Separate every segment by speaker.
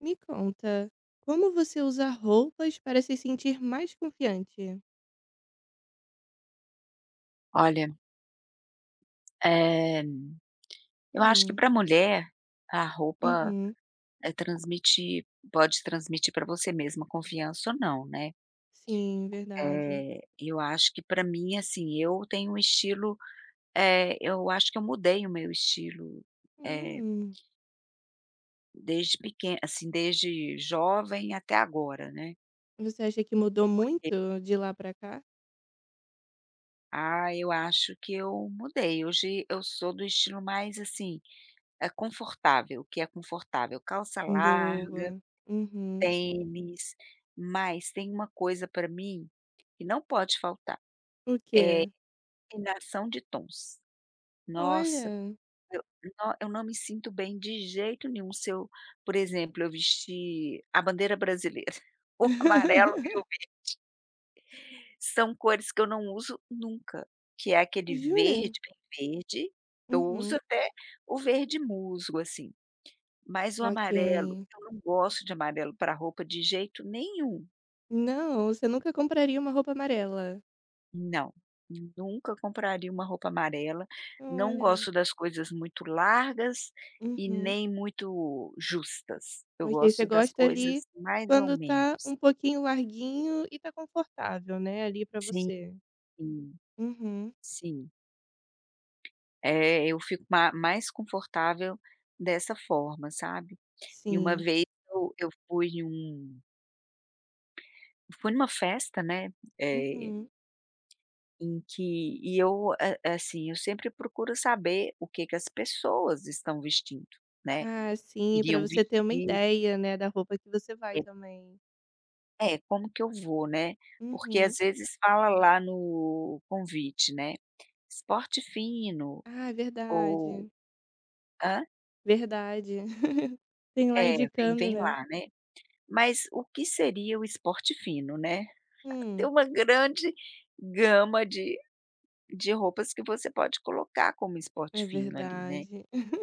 Speaker 1: Me conta, como você usa roupas para se sentir mais confiante?
Speaker 2: Olha, eh, eu acho que
Speaker 1: Hum,
Speaker 2: para mulher, a roupa,
Speaker 1: uhum,
Speaker 2: eh, transmite pode transmitir para você mesma confiança ou não, né.
Speaker 1: sim, verdade.
Speaker 2: Eu acho que para mim, assim, eu tenho um estilo, eu acho que eu mudei o meu estilo, eh,
Speaker 1: Hum,
Speaker 2: desde pequen assim, desde jovem até agora, né.
Speaker 1: você acha que mudou muito de lá pra cá?
Speaker 2: Ah, eu acho que eu mudei, hoje eu sou do estilo mais, assim, é confortável, o que é confortável, calça larga,
Speaker 1: Boa. Uhum.
Speaker 2: tênis, mas tem uma coisa para mim que não pode faltar,
Speaker 1: O quê?
Speaker 2: combinação de tons. Nossa,
Speaker 1: Olha.
Speaker 2: eu eu não me sinto bem de jeito nenhum se eu, por exemplo, eu vestir a bandeira brasileira, o amarelo e o verde, são cores que eu não uso nunca, que é aquele
Speaker 1: Jura?
Speaker 2: verde bem verde, eu uso
Speaker 1: Uhum.
Speaker 2: até o verde musgo, assim, mas o amarelo,
Speaker 1: Ok.
Speaker 2: eu não gosto de amarelo para roupa de jeito nenhum.
Speaker 1: Não, você nunca compraria uma roupa amarela.
Speaker 2: Não, nunca compraria uma roupa amarela, não
Speaker 1: Olha.
Speaker 2: gosto das coisas muito largas e
Speaker 1: Uhum.
Speaker 2: nem muito justas, eu
Speaker 1: Ok, você
Speaker 2: gosto das
Speaker 1: gosta ali
Speaker 2: coisas mais ou
Speaker 1: quando tá
Speaker 2: menos.
Speaker 1: um pouquinho larguinho e tá confortável, né, ali pra
Speaker 2: Sim,
Speaker 1: você. Uhum,
Speaker 2: sim. É, eu fico ma mais confortável dessa forma, sabe. E uma
Speaker 1: sim.
Speaker 2: vez eu fui em um fui numa festa, né, eh,
Speaker 1: Uhum.
Speaker 2: em que e eu, a assim, eu sempre procuro saber o que que as pessoas estão vestindo, né.
Speaker 1: Ah, sim, pra
Speaker 2: Iriam
Speaker 1: você ter uma
Speaker 2: vestir,
Speaker 1: ideia, né, da roupa que você vai
Speaker 2: é
Speaker 1: também.
Speaker 2: é como que eu vou, né, porque
Speaker 1: Uhum.
Speaker 2: às vezes fala lá no convite, né, esporte fino
Speaker 1: Ah, é
Speaker 2: ou
Speaker 1: verdade.
Speaker 2: hã?
Speaker 1: Verdade. Tem lá
Speaker 2: É,
Speaker 1: indicando,
Speaker 2: vem
Speaker 1: né.
Speaker 2: lá, né. Mas o que seria o esporte fino, né? Tem
Speaker 1: Hum,
Speaker 2: uma grande gama de roupas que você pode colocar como
Speaker 1: é
Speaker 2: esporte fino ali, né.
Speaker 1: verdade.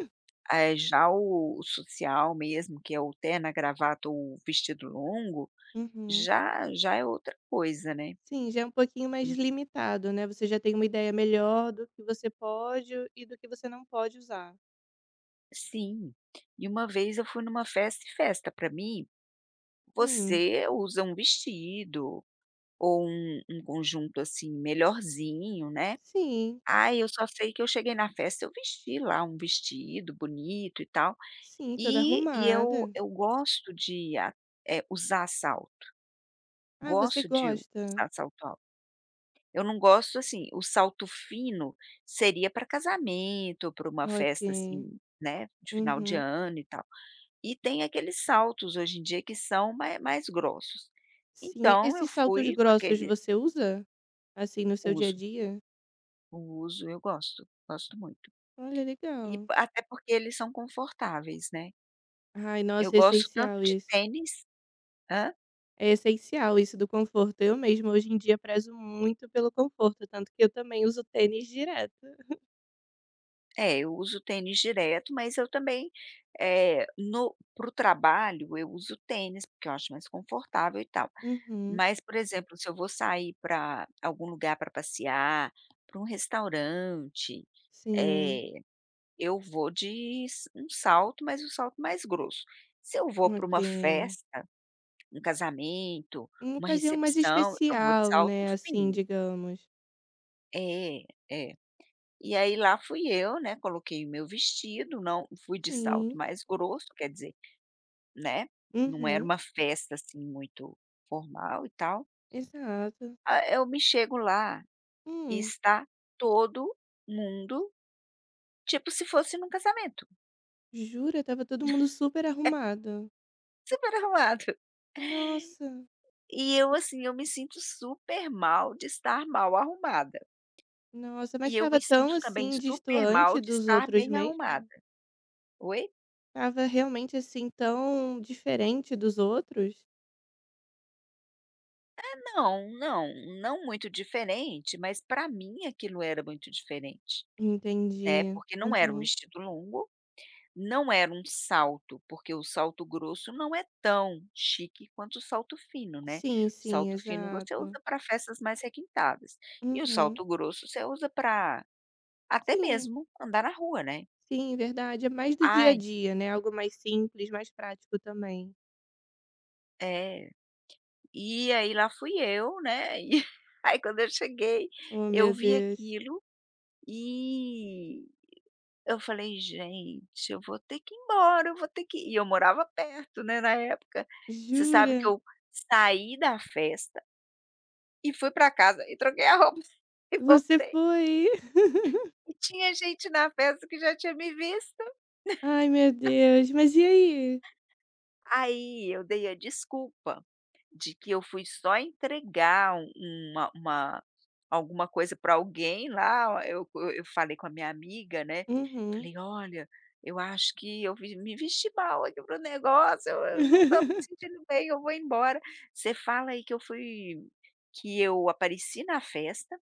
Speaker 2: Eh, já o social mesmo, que é o terno, a gravata ou o vestido longo,
Speaker 1: Uhum.
Speaker 2: já é outra coisa, né.
Speaker 1: Sim, já é um pouquinho mais limitado, né, você já tem uma ideia melhor do que você pode e do que você não pode usar.
Speaker 2: Sim. E uma vez eu fui numa festa e festa para mim,
Speaker 1: Hum,
Speaker 2: você usa um vestido ou um conjunto, assim, melhorzinho, né.
Speaker 1: sim.
Speaker 2: Ah, eu só sei que eu cheguei na festa, eu vesti lá um vestido bonito e tal,
Speaker 1: Sim, toda
Speaker 2: e e eu
Speaker 1: arrumada.
Speaker 2: eu gosto de a usar salto,
Speaker 1: "Ah, você
Speaker 2: gosto de
Speaker 1: gosta?
Speaker 2: usar salto alto. Eu não gosto, assim, o salto fino seria para casamento ou pra uma
Speaker 1: Ok.
Speaker 2: festa, assim, né, de final de
Speaker 1: Uhum.
Speaker 2: ano e tal. E tem aqueles saltos hoje em dia que são mais grossos.
Speaker 1: Sim,
Speaker 2: Então eu
Speaker 1: esses saltos
Speaker 2: fui com
Speaker 1: grossos
Speaker 2: aquele
Speaker 1: você usa? Assim, no seu dia a
Speaker 2: uso,
Speaker 1: dia?
Speaker 2: o uso, eu gosto, gosto muito.
Speaker 1: Olha,
Speaker 2: E
Speaker 1: legal.
Speaker 2: até porque eles são confortáveis, né.
Speaker 1: Ai,
Speaker 2: Eu
Speaker 1: nossa, é
Speaker 2: gosto tanto
Speaker 1: essencial
Speaker 2: de
Speaker 1: isso.
Speaker 2: tênis hã?
Speaker 1: É essencial isso do conforto. Eu mesma, hoje em dia, prezo muito pelo conforto, tanto que eu também uso tênis direto.
Speaker 2: É, eu uso tênis direto, mas eu também, no para o trabalho eu uso tênis, porque eu acho mais confortável e tal.
Speaker 1: Uhum.
Speaker 2: Mas, por exemplo, se eu vou sair para algum lugar para passear, para um restaurante,
Speaker 1: Sim,
Speaker 2: eh eu vou de s um salto, mas um salto mais grosso. Se eu vou para uma
Speaker 1: ok.
Speaker 2: festa, um casamento,
Speaker 1: Uma
Speaker 2: uma
Speaker 1: ocasião mais
Speaker 2: recepção, eu vou de
Speaker 1: especial,
Speaker 2: salto
Speaker 1: né, assim,
Speaker 2: fino.
Speaker 1: digamos.
Speaker 2: É, é. E aí lá fui eu, né, coloquei o meu vestido, não fui de salto
Speaker 1: Sim.
Speaker 2: mais grosso, quer dizer, né, não era
Speaker 1: Uhum.
Speaker 2: uma festa, assim, muito formal e tal.
Speaker 1: Exato.
Speaker 2: Ah, eu me chego lá e
Speaker 1: Hum.
Speaker 2: está todo mundo, tipo se fosse num casamento.
Speaker 1: Jura? Estava todo mundo super
Speaker 2: É
Speaker 1: arrumado.
Speaker 2: super arrumado.
Speaker 1: Nossa,
Speaker 2: E eu, assim, eu me sinto super mal de estar mal arrumada.
Speaker 1: nossa, mas
Speaker 2: E eu
Speaker 1: estava
Speaker 2: me
Speaker 1: tão,
Speaker 2: sinto também
Speaker 1: assim,
Speaker 2: super mal
Speaker 1: destoante
Speaker 2: de
Speaker 1: dos
Speaker 2: estar
Speaker 1: outros
Speaker 2: bem arrumada.
Speaker 1: mesmo?
Speaker 2: Oi?
Speaker 1: Tava realmente, assim, tão diferente dos outros?
Speaker 2: Não, não, não muito diferente, mas para mim aquilo era muito diferente, né,
Speaker 1: Entendi.
Speaker 2: porque não era um
Speaker 1: Uhum.
Speaker 2: vestido longo, não era um salto, porque o salto grosso não é tão chique quanto o salto fino, né.
Speaker 1: Sim,
Speaker 2: O
Speaker 1: sim,
Speaker 2: salto fino você
Speaker 1: exato.
Speaker 2: usa para festas mais requintadas, e o
Speaker 1: Uhum.
Speaker 2: salto grosso você usa para até
Speaker 1: Sim,
Speaker 2: mesmo andar na rua, né.
Speaker 1: sim, verdade. É mais do dia a
Speaker 2: Ai,
Speaker 1: dia, né, algo mais simples, mais prático também.
Speaker 2: é. E aí lá fui eu, né, e aí quando eu cheguei,
Speaker 1: Oh, meu
Speaker 2: eu vi
Speaker 1: Deus.
Speaker 2: aquilo e eu falei: "Gente, eu vou ter que ir embora, eu vou ter que ir". E eu morava perto, né, na época. Você sabe que
Speaker 1: Jura?
Speaker 2: eu saí da festa e fui para casa e troquei a roupa e
Speaker 1: Você
Speaker 2: voltei,
Speaker 1: foi?
Speaker 2: e tinha gente na festa que já tinha me visto.
Speaker 1: Ai, meu Deus. Mas e aí?
Speaker 2: Aí eu dei a desculpa de que eu fui só entregar um uma alguma coisa para alguém lá, eu falei com a minha amiga, né,
Speaker 1: Uhum.
Speaker 2: falei: "Olha, eu acho que eu vi me vesti mal aqui pro negócio, eu não estou me sentindo bem, eu vou embora. Você fala aí que eu fui que eu apareci na festa,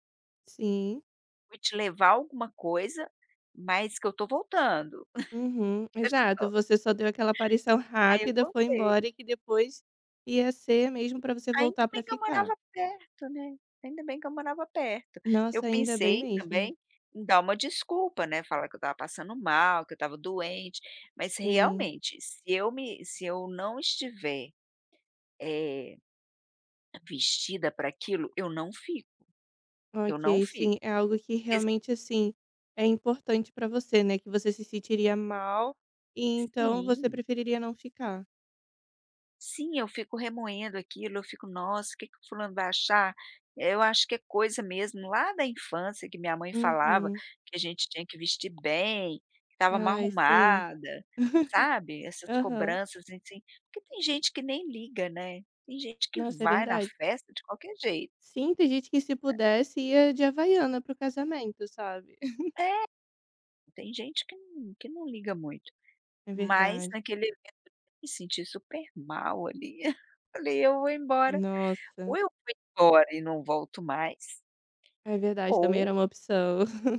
Speaker 1: Sim.
Speaker 2: fui te levar alguma coisa, mas que eu estou voltando".
Speaker 1: Uhum. Exato, você só deu aquela aparição
Speaker 2: Aí eu
Speaker 1: rápida, foi
Speaker 2: voltei.
Speaker 1: embora e que depois ia ser mesmo para você
Speaker 2: Ainda
Speaker 1: voltar para
Speaker 2: bem que eu
Speaker 1: ficar.
Speaker 2: morava perto, né, ainda bem que eu morava perto. Eu
Speaker 1: Nossa, ainda bem
Speaker 2: pensei
Speaker 1: mesmo.
Speaker 2: também em dar uma desculpa, né, falar que eu estava passando mal, que eu estava doente, mas
Speaker 1: Sim.
Speaker 2: realmente se eu não estiver, eh, vestida para aquilo, eu não
Speaker 1: Ok,
Speaker 2: fico,
Speaker 1: sim, é algo que
Speaker 2: porque
Speaker 1: realmente, assim, é importante para você, né, que você se sentiria mal e então você
Speaker 2: sim.
Speaker 1: preferiria não ficar.
Speaker 2: Sim, eu fico remoendo aquilo, eu fico: "Nossa, o que que o fulano vai achar?". Eu acho que é coisa mesmo lá da infância que minha mãe falava
Speaker 1: Uhum.
Speaker 2: que a gente tinha que vestir bem, que estava mal
Speaker 1: Ai, sim.
Speaker 2: arrumada, sabe, essas
Speaker 1: Aham.
Speaker 2: cobranças assim, porque tem gente que nem liga, né, tem gente que
Speaker 1: Nossa, é
Speaker 2: vai na
Speaker 1: verdade.
Speaker 2: festa de qualquer jeito,
Speaker 1: Sim, tem gente que se pudesse ia de Havaiana para o casamento, sabe.
Speaker 2: tem gente que não liga muito,
Speaker 1: É
Speaker 2: mas
Speaker 1: verdade.
Speaker 2: naquele evento eu me senti super mal ali, falei: "Eu vou embora,
Speaker 1: Nossa,
Speaker 2: ou eu vou embora e não volto mais,
Speaker 1: é verdade, também era
Speaker 2: ou"
Speaker 1: uma opção.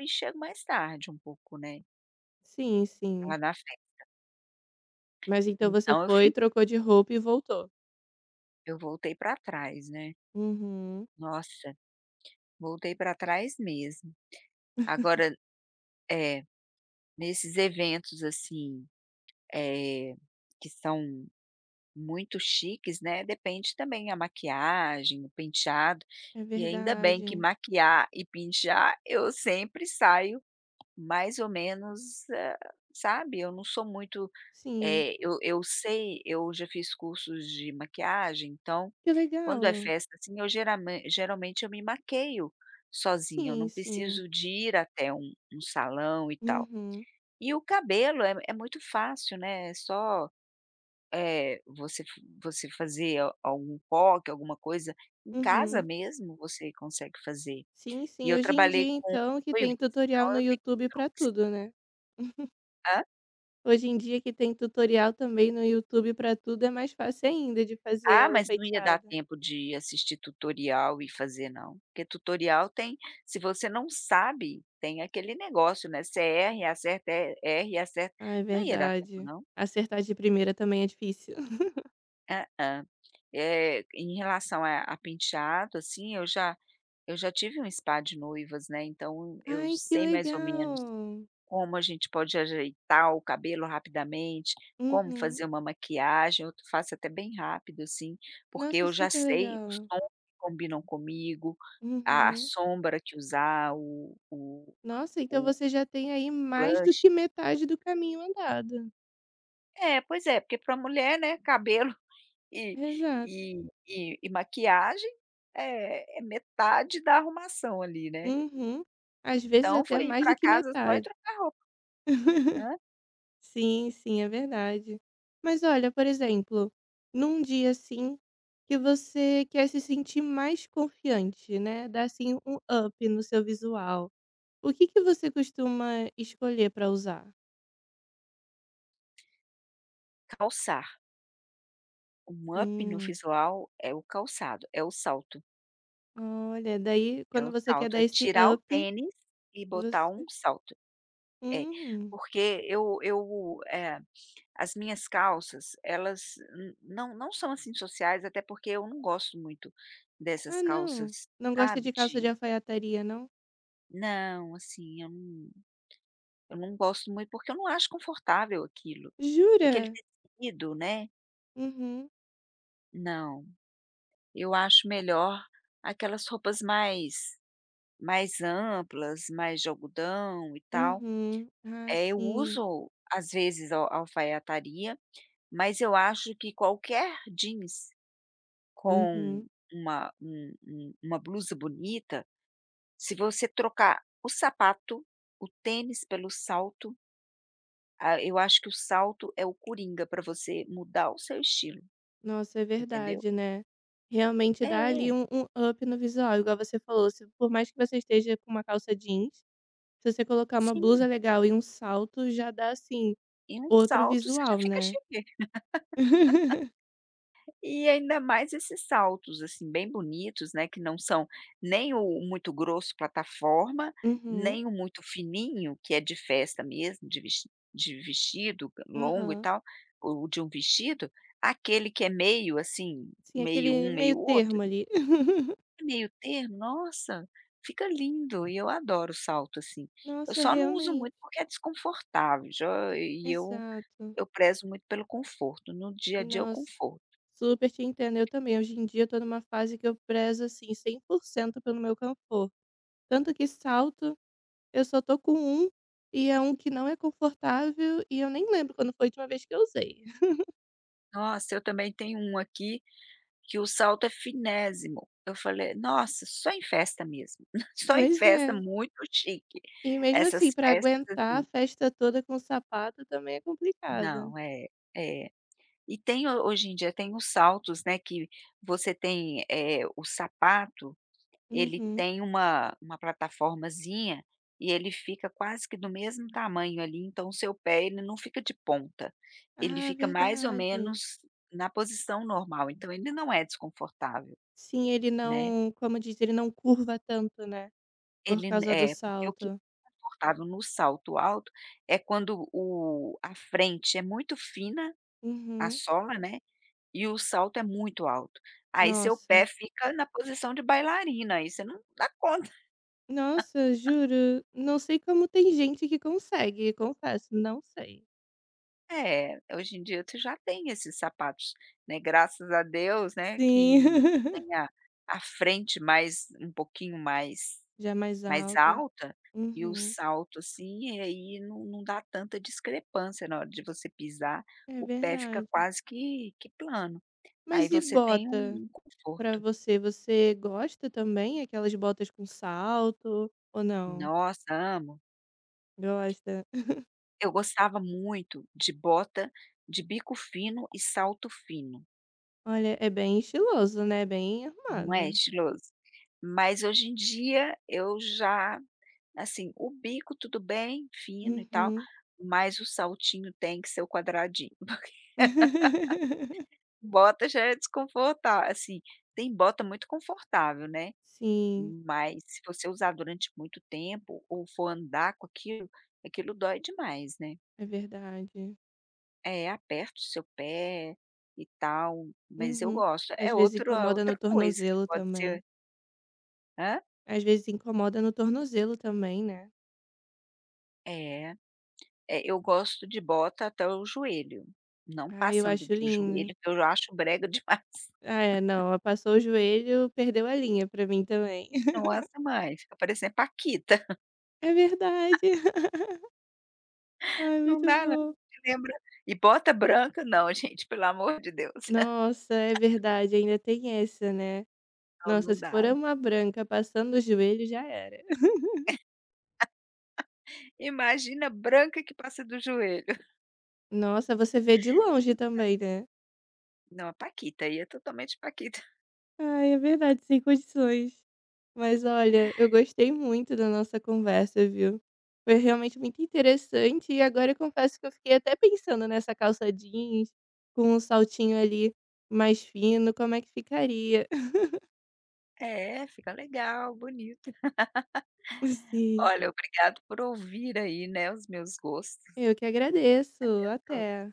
Speaker 2: e chego mais tarde um pouco, né,
Speaker 1: Sim, sim.
Speaker 2: lá na festa.
Speaker 1: Mas então você
Speaker 2: Então eu
Speaker 1: foi,
Speaker 2: fi
Speaker 1: trocou de roupa e voltou?
Speaker 2: eu voltei pra trás, né.
Speaker 1: Uhum,
Speaker 2: Nossa, voltei pra trás mesmo. Agora, é, nesses eventos, assim, eh, que são muito chiques, né, depende também a maquiagem, o penteado,
Speaker 1: é
Speaker 2: e ainda bem que
Speaker 1: verdade.
Speaker 2: maquiar e pentear eu sempre saio mais ou menos, sabe, eu não sou muito,
Speaker 1: Sim,
Speaker 2: eu sei, eu já fiz cursos de maquiagem, então
Speaker 1: que
Speaker 2: quando é
Speaker 1: legal.
Speaker 2: festa, assim, eu geralmen geralmente eu me maqueio sozinha, eu
Speaker 1: Sim,
Speaker 2: não
Speaker 1: sim.
Speaker 2: preciso de ir até um salão e tal.
Speaker 1: Uhum,
Speaker 2: E o cabelo é muito fácil, né, é só, eh, você f você fazer a algum coque, alguma coisa, em casa
Speaker 1: uhum.
Speaker 2: mesmo você consegue fazer.
Speaker 1: Sim,
Speaker 2: E
Speaker 1: sim.
Speaker 2: eu
Speaker 1: Hoje em
Speaker 2: trabalhei
Speaker 1: dia,
Speaker 2: com
Speaker 1: então, que
Speaker 2: noivos,
Speaker 1: tem tutorial
Speaker 2: então
Speaker 1: no
Speaker 2: eu tenho
Speaker 1: YouTube pra tudo, né?
Speaker 2: hã?
Speaker 1: Hoje em dia que tem tutorial também no YouTube pra tudo, é mais fácil ainda de fazer
Speaker 2: Ah,
Speaker 1: o
Speaker 2: mas não ia dar
Speaker 1: penteado.
Speaker 2: tempo de assistir tutorial e fazer não, porque tutorial tem, se você não sabe, tem aquele negócio, né, você erra e acerta, e erra acerta.
Speaker 1: Ah, é
Speaker 2: Não ia dar tempo
Speaker 1: verdade.
Speaker 2: não.
Speaker 1: Acertar de primeira também é difícil.
Speaker 2: Ah-ah. Eh, em relação a penteado, assim, eu já tive um spa de noivas, né, então eu
Speaker 1: Ai, que
Speaker 2: sei mais ou menos
Speaker 1: legal!
Speaker 2: como a gente pode ajeitar o cabelo rapidamente, como
Speaker 1: Uhum.
Speaker 2: fazer uma maquiagem, eu faço até bem rápido, assim, porque
Speaker 1: Nossa,
Speaker 2: eu já
Speaker 1: super
Speaker 2: sei os
Speaker 1: legal.
Speaker 2: tons que combinam comigo, a
Speaker 1: Uhum.
Speaker 2: sombra que usar, o
Speaker 1: Nossa, então
Speaker 2: o
Speaker 1: você já tem aí mais do
Speaker 2: blush.
Speaker 1: que metade do caminho andado.
Speaker 2: É, pois é, porque para mulher, né, cabelo e
Speaker 1: Exato.
Speaker 2: e maquiagem é metade da arrumação ali, né.
Speaker 1: Uhum. Às vezes
Speaker 2: Então
Speaker 1: até
Speaker 2: foi ir
Speaker 1: mais do
Speaker 2: para
Speaker 1: que
Speaker 2: casa só e
Speaker 1: metade.
Speaker 2: trocar roupa. Hã?
Speaker 1: Sim, sim, é verdade. Mas olha, por exemplo, num dia assim que você quer se sentir mais confiante, né, dar assim um up no seu visual, o que que você costuma escolher para usar?
Speaker 2: Calçar. Um up no
Speaker 1: Hum,
Speaker 2: visual é o calçado, é o salto,
Speaker 1: olha, daí
Speaker 2: é
Speaker 1: quando
Speaker 2: o
Speaker 1: você quer
Speaker 2: salto,
Speaker 1: dar
Speaker 2: é
Speaker 1: esse
Speaker 2: tirar o
Speaker 1: up
Speaker 2: tênis e botar um
Speaker 1: Você
Speaker 2: salto. É,
Speaker 1: hum.
Speaker 2: porque as minhas calças, elas n não não são, assim, sociais, até porque eu não gosto muito dessas
Speaker 1: Ah, não.
Speaker 2: calças,
Speaker 1: Não gosta
Speaker 2: sabe,
Speaker 1: de calça de
Speaker 2: de
Speaker 1: alfaiataria, não?
Speaker 2: não, assim, eu não gosto muito, porque eu não acho confortável aquilo. Aquele
Speaker 1: Jura?
Speaker 2: tecido, né,
Speaker 1: Uhum,
Speaker 2: não. Eu acho melhor aquelas roupas mais Mais amplas, mais de algodão e tal.
Speaker 1: uhum. Ah,
Speaker 2: É, eu
Speaker 1: sim.
Speaker 2: uso, às vezes, al alfaiataria, mas eu acho que qualquer jeans com
Speaker 1: Uhum.
Speaker 2: uma um um uma blusa bonita, se você trocar o sapato, o tênis pelo salto, ah, eu acho que o salto é o coringa para você mudar o seu estilo,
Speaker 1: Nossa, é
Speaker 2: entendeu?
Speaker 1: verdade, né. Realmente
Speaker 2: É,
Speaker 1: dá ali um up no visual, igual você falou, se por mais que você esteja com uma calça jeans, se você colocar uma blusa
Speaker 2: sim.
Speaker 1: legal e um salto, já dá, assim,
Speaker 2: E um
Speaker 1: outro
Speaker 2: salto você já
Speaker 1: visual,
Speaker 2: fica
Speaker 1: né.
Speaker 2: chique. E ainda mais esses saltos, assim, bem bonitos, né, que não são nem o muito grosso plataforma,
Speaker 1: Uhum,
Speaker 2: nem o muito fininho, que é de festa mesmo, de vestido longo e
Speaker 1: aham.
Speaker 2: tal, ou de um vestido, aquele que é meio, assim,
Speaker 1: Sim,
Speaker 2: meio
Speaker 1: aquele
Speaker 2: um,
Speaker 1: meio
Speaker 2: meio outro,
Speaker 1: termo ali.
Speaker 2: meio termo, nossa, fica lindo e eu adoro salto, assim. Eu
Speaker 1: Nossa,
Speaker 2: só não uso
Speaker 1: realmente.
Speaker 2: muito porque é desconfortável, já
Speaker 1: Exato.
Speaker 2: eu prezo muito pelo conforto, no dia a dia é o
Speaker 1: Nossa,
Speaker 2: conforto.
Speaker 1: super te entendo. Eu também, hoje em dia, eu tô numa fase que eu prezo, assim, 100% pelo meu conforto. Tanto que salto, eu só tô com um, e é um que não é confortável, e eu nem lembro quando foi a última vez que eu usei.
Speaker 2: Nossa, eu também tenho um aqui que o salto é finésimo. Eu falei: "Nossa, só em festa mesmo, só em
Speaker 1: Pois é.
Speaker 2: festa muito chique".
Speaker 1: E mesmo
Speaker 2: Essas
Speaker 1: assim, pra
Speaker 2: festas,
Speaker 1: aguentar a
Speaker 2: assim,
Speaker 1: festa toda com sapato também é complicado.
Speaker 2: não, é, é. E tem ho hoje em dia tem os saltos, né, que você tem, o sapato. Ele
Speaker 1: Uhum.
Speaker 2: tem uma plataformazinha e ele fica quase que do mesmo tamanho ali, então o seu pé ele não fica de ponta, ele
Speaker 1: Ah,
Speaker 2: fica mais ou
Speaker 1: verdade.
Speaker 2: menos na posição normal, então ele não é desconfortável,
Speaker 1: Sim, ele
Speaker 2: né.
Speaker 1: não, como diz, ele não curva tanto, né? Por
Speaker 2: Ele n
Speaker 1: causa do
Speaker 2: É, porque o que é
Speaker 1: salto.
Speaker 2: confortável no salto alto é quando o a frente é muito fina, a
Speaker 1: Uhum.
Speaker 2: sola, né, e o salto é muito alto. Aí seu pé
Speaker 1: Nossa.
Speaker 2: fica na posição de bailarina, aí você não dá conta.
Speaker 1: Nossa, juro, não sei como tem gente que consegue, confesso, não sei.
Speaker 2: É, hoje em dia tu já tem esses sapatos, né, graças a Deus, né,
Speaker 1: Sim,
Speaker 2: que tem a frente mais um pouquinho mais
Speaker 1: já é mais alta.
Speaker 2: alta, e o
Speaker 1: Uhum,
Speaker 2: salto, assim, e aí não dá tanta discrepância na hora de você pisar,
Speaker 1: é
Speaker 2: o pé fica
Speaker 1: verdade.
Speaker 2: quase que plano, aí
Speaker 1: Mas e
Speaker 2: você tem um
Speaker 1: bota pra
Speaker 2: conforto.
Speaker 1: você? Você gosta também? Aquelas botas com salto ou não?
Speaker 2: Nossa, amo.
Speaker 1: Gosta?
Speaker 2: Eu gostava muito de bota de bico fino e salto fino.
Speaker 1: Olha, é bem estiloso, né? Bem
Speaker 2: Não é
Speaker 1: armado.
Speaker 2: estiloso. Mas hoje em dia eu já, assim, o bico tudo bem, fino e tal,
Speaker 1: Uhum.
Speaker 2: mas o saltinho tem que ser o quadradinho. Bota já é desconfortável, assim, tem bota muito confortável, né,
Speaker 1: Sim,
Speaker 2: mas se você usar durante muito tempo ou for andar com aquilo, aquilo dói demais, né.
Speaker 1: é verdade.
Speaker 2: É, aperta o seu pé e tal, mas eu
Speaker 1: Uhum.
Speaker 2: gosto.
Speaker 1: Às
Speaker 2: É
Speaker 1: vezes
Speaker 2: outro, é
Speaker 1: incomoda no
Speaker 2: outra coisa que
Speaker 1: tornozelo
Speaker 2: pode
Speaker 1: também.
Speaker 2: ser hã?
Speaker 1: Às vezes incomoda no tornozelo também, né.
Speaker 2: É. É, eu gosto de bota até o joelho, não
Speaker 1: Ah, eu
Speaker 2: passando
Speaker 1: acho
Speaker 2: do joelho,
Speaker 1: lindo.
Speaker 2: que eu acho brega demais.
Speaker 1: Ah, é, não, ah, passou o joelho, perdeu a linha pra mim também.
Speaker 2: Nossa, mãe, fica parecendo Paquita.
Speaker 1: É verdade. Ai,
Speaker 2: Não
Speaker 1: muito
Speaker 2: dá não,
Speaker 1: bom.
Speaker 2: lembra e bota branca não, gente, pelo amor de Deus.
Speaker 1: Nossa, é verdade, ainda tem essa, né.
Speaker 2: Não,
Speaker 1: Nossa,
Speaker 2: não
Speaker 1: se for
Speaker 2: dá.
Speaker 1: uma branca passando o joelho, já era.
Speaker 2: Imagina branca que passa do joelho.
Speaker 1: Nossa, você vê de longe também, né.
Speaker 2: Não, a Paquita, aí é totalmente Paquita.
Speaker 1: Ai, é verdade, sem condições. Mas olha, eu gostei muito da nossa conversa, viu? Foi realmente muito interessante e agora eu confesso que eu fiquei até pensando nessa calça jeans com um saltinho ali mais fino, como é que ficaria?
Speaker 2: É, fica legal, bonito.
Speaker 1: Sim,
Speaker 2: Olha, obrigado por ouvir aí, né, os meus gostos.
Speaker 1: eu que agradeço. Até.